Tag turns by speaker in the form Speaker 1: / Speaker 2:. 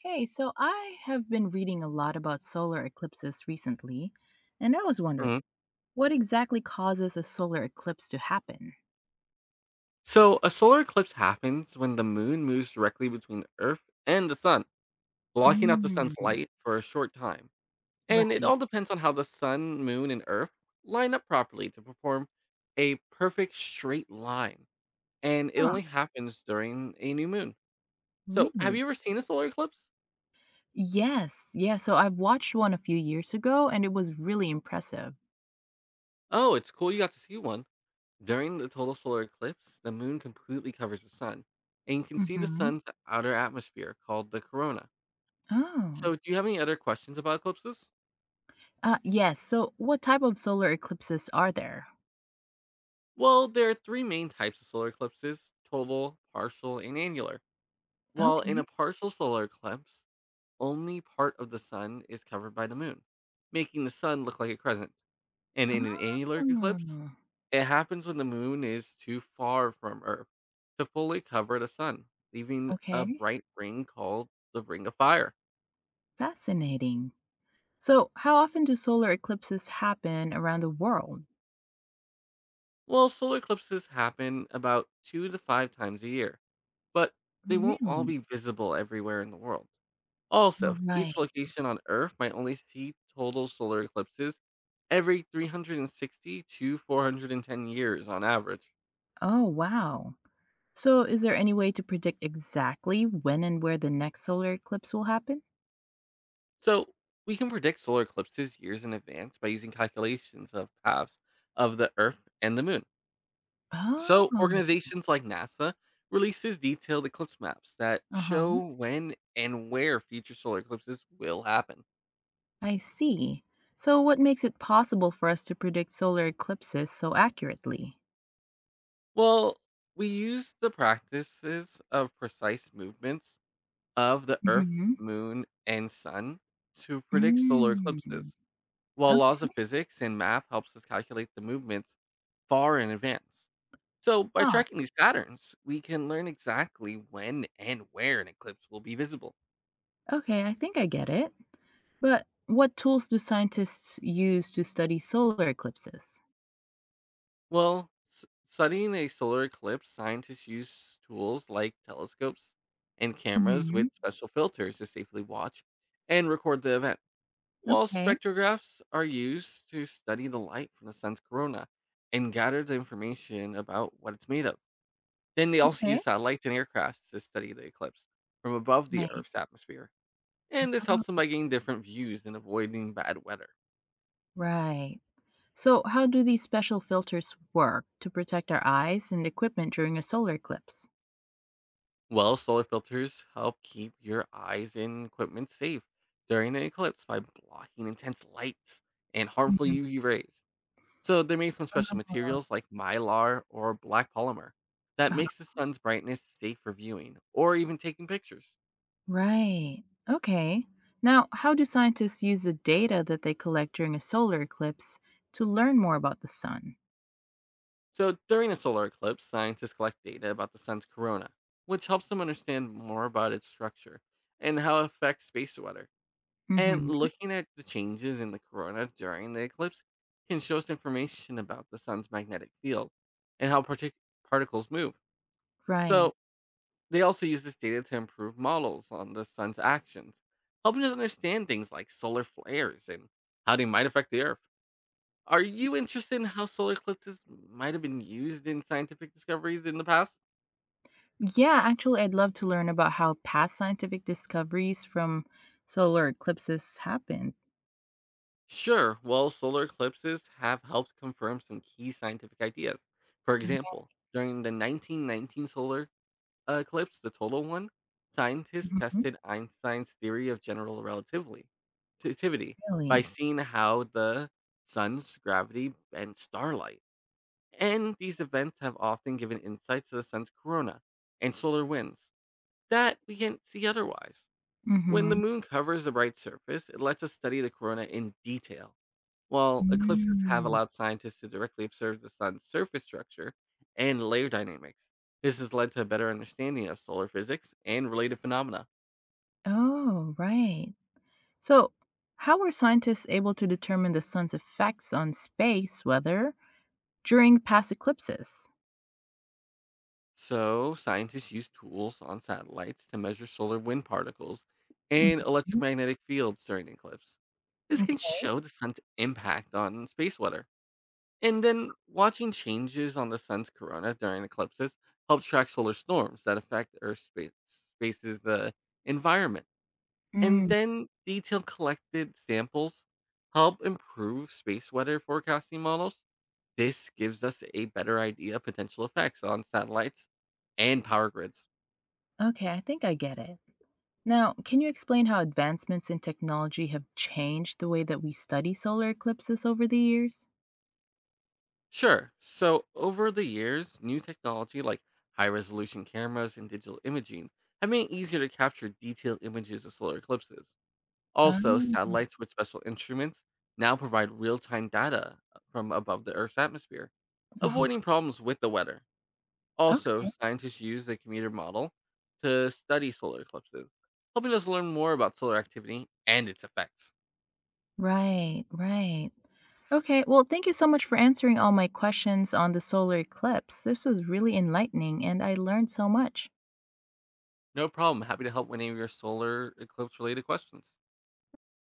Speaker 1: Hey, so I have been reading a lot about solar eclipses recently, and I was wondering
Speaker 2: Mhm.
Speaker 1: what exactly causes a solar eclipse to happen?
Speaker 2: So, a solar eclipse happens when the moon moves directly between the Earth and the sun, blocking out the sun's
Speaker 1: Mm,
Speaker 2: light for a short time. And it
Speaker 1: right.
Speaker 2: all depends on how the sun, moon, and Earth line up properly to perform a perfect straight line. And it
Speaker 1: Huh,
Speaker 2: only happens during a new moon. So, have
Speaker 1: really?
Speaker 2: you ever seen a solar eclipse?
Speaker 1: Yes, yeah. So I've watched one a few years ago, and it was really impressive.
Speaker 2: Oh, it's cool you got to see one. During the total solar eclipse, the moon completely covers the sun, and you can see the
Speaker 1: Mm-hmm.
Speaker 2: sun's outer atmosphere called the corona.
Speaker 1: Oh.
Speaker 2: So, do you have any other questions about eclipses?
Speaker 1: Yes. So what type of solar eclipses are there?
Speaker 2: Well, there are three main types of solar eclipses: total, partial, and annular. While in a
Speaker 1: Okay.
Speaker 2: partial solar eclipse, only part of the sun is covered by the moon, making the sun look like a crescent. And in an annular eclipse,
Speaker 1: Oh,
Speaker 2: it happens when the moon is too far from Earth to fully cover the sun, leaving a
Speaker 1: okay.
Speaker 2: bright ring called the Ring of Fire.
Speaker 1: Fascinating. So, how often do solar eclipses happen around the world?
Speaker 2: Well, solar eclipses happen about two to five times a year, but they won't all
Speaker 1: Really?
Speaker 2: be visible everywhere in the world.
Speaker 1: Oh,
Speaker 2: Also, each
Speaker 1: right.
Speaker 2: location on Earth might only see total solar eclipses every 360 to 410 years on average.
Speaker 1: Oh, wow. So, is there any way to predict exactly when and where the next solar eclipse will happen?
Speaker 2: So, we can predict solar eclipses years in advance by using calculations of paths of the Earth and the Moon. So,
Speaker 1: Oh,
Speaker 2: organizations like NASA releases detailed eclipse maps that show
Speaker 1: uh-huh.
Speaker 2: when and where future solar eclipses will happen.
Speaker 1: I see. So, what makes it possible for us to predict solar eclipses so accurately?
Speaker 2: Well, we use the practices of precise movements of the Earth,
Speaker 1: Mm-hmm.
Speaker 2: Moon, and Sun to predict solar
Speaker 1: Mm.
Speaker 2: eclipses, while laws
Speaker 1: Okay.
Speaker 2: of physics and math helps us calculate the movements far in advance. So, by
Speaker 1: Ah,
Speaker 2: tracking these patterns, we can learn exactly when and where an eclipse will be visible.
Speaker 1: okay, I think I get it. But what tools do scientists use to study solar eclipses?
Speaker 2: Well, studying a solar eclipse, scientists use tools like telescopes and cameras
Speaker 1: Mm-hmm.
Speaker 2: with special filters to safely watch and record the event. Well,
Speaker 1: Okay.
Speaker 2: spectrographs are used to study the light from the sun's corona and gather the information about what it's made of. Then they also
Speaker 1: Okay.
Speaker 2: use satellites and aircrafts to study the eclipse from above the
Speaker 1: Right.
Speaker 2: Earth's atmosphere. And this
Speaker 1: Oh,
Speaker 2: helps them by getting different views and avoiding bad weather.
Speaker 1: right. So, how do these special filters work to protect our eyes and equipment during a solar eclipse?
Speaker 2: Well, solar filters help keep your eyes and equipment safe during an eclipse by blocking intense lights and harmful
Speaker 1: Mhm.
Speaker 2: UV rays. So they're made from special
Speaker 1: Oh,
Speaker 2: materials like mylar or black polymer that
Speaker 1: uh,
Speaker 2: makes the sun's brightness safe for viewing or even taking pictures.
Speaker 1: right. Okay. Now, how do scientists use the data that they collect during a solar eclipse to learn more about the sun?
Speaker 2: So during a solar eclipse, scientists collect data about the sun's corona, which helps them understand more about its structure and how it affects space weather. And
Speaker 1: Hmm.
Speaker 2: looking at the changes in the corona during the eclipse can show us information about the sun's magnetic field and how particles move.
Speaker 1: Right.
Speaker 2: So they also use this data to improve models on the sun's actions, helping us understand things like solar flares and how they might affect the Earth. Are you interested in how solar eclipses might have been used in scientific discoveries in the past?
Speaker 1: Yeah, actually, I'd love to learn about how past scientific discoveries from solar eclipses happened.
Speaker 2: Sure. Well, solar eclipses have helped confirm some key scientific ideas. For example, during the 1919 solar eclipsed the total one, scientists
Speaker 1: Mhm.
Speaker 2: tested Einstein's theory of general relativity by
Speaker 1: Really?
Speaker 2: seeing how the sun's gravity bends starlight. And these events have often given insights to the sun's corona and solar winds that we can't see otherwise. When the
Speaker 1: Hmm.
Speaker 2: moon covers the bright surface, it lets us study the corona in detail. While eclipses have
Speaker 1: Mm.
Speaker 2: allowed scientists to directly observe the sun's surface structure and layer dynamics, this has led to a better understanding of solar physics and related phenomena.
Speaker 1: Oh, right. So, how were scientists able to determine the sun's effects on space weather during past eclipses?
Speaker 2: So, scientists use tools on satellites to measure solar wind particles and
Speaker 1: Mhm.
Speaker 2: electromagnetic fields during the eclipse. This can
Speaker 1: Okay.
Speaker 2: show the sun's impact on space weather. And then watching changes on the sun's corona during eclipses helps track solar storms that affect Earth's space's the environment. And
Speaker 1: Mm,
Speaker 2: then detailed collected samples help improve space weather forecasting models. This gives us a better idea of potential effects on satellites and power grids.
Speaker 1: okay, I think I get it. Now, can you explain how advancements in technology have changed the way that we study solar eclipses over the years?
Speaker 2: Sure. So, over the years, new technology like high resolution cameras and digital imaging have made it easier to capture detailed images of solar eclipses. Also,
Speaker 1: Um,
Speaker 2: satellites with special instruments now provide real-time data from above the Earth's atmosphere,
Speaker 1: uh-huh.
Speaker 2: avoiding problems with the weather. Also,
Speaker 1: Okay.
Speaker 2: scientists use the commuter model to study solar eclipses, helping us learn more about solar activity and its effects.
Speaker 1: Right, right. Okay, well, thank you so much for answering all my questions on the solar eclipse. This was really enlightening, and I learned so much.
Speaker 2: No problem. Happy to help with any of your solar eclipse related questions.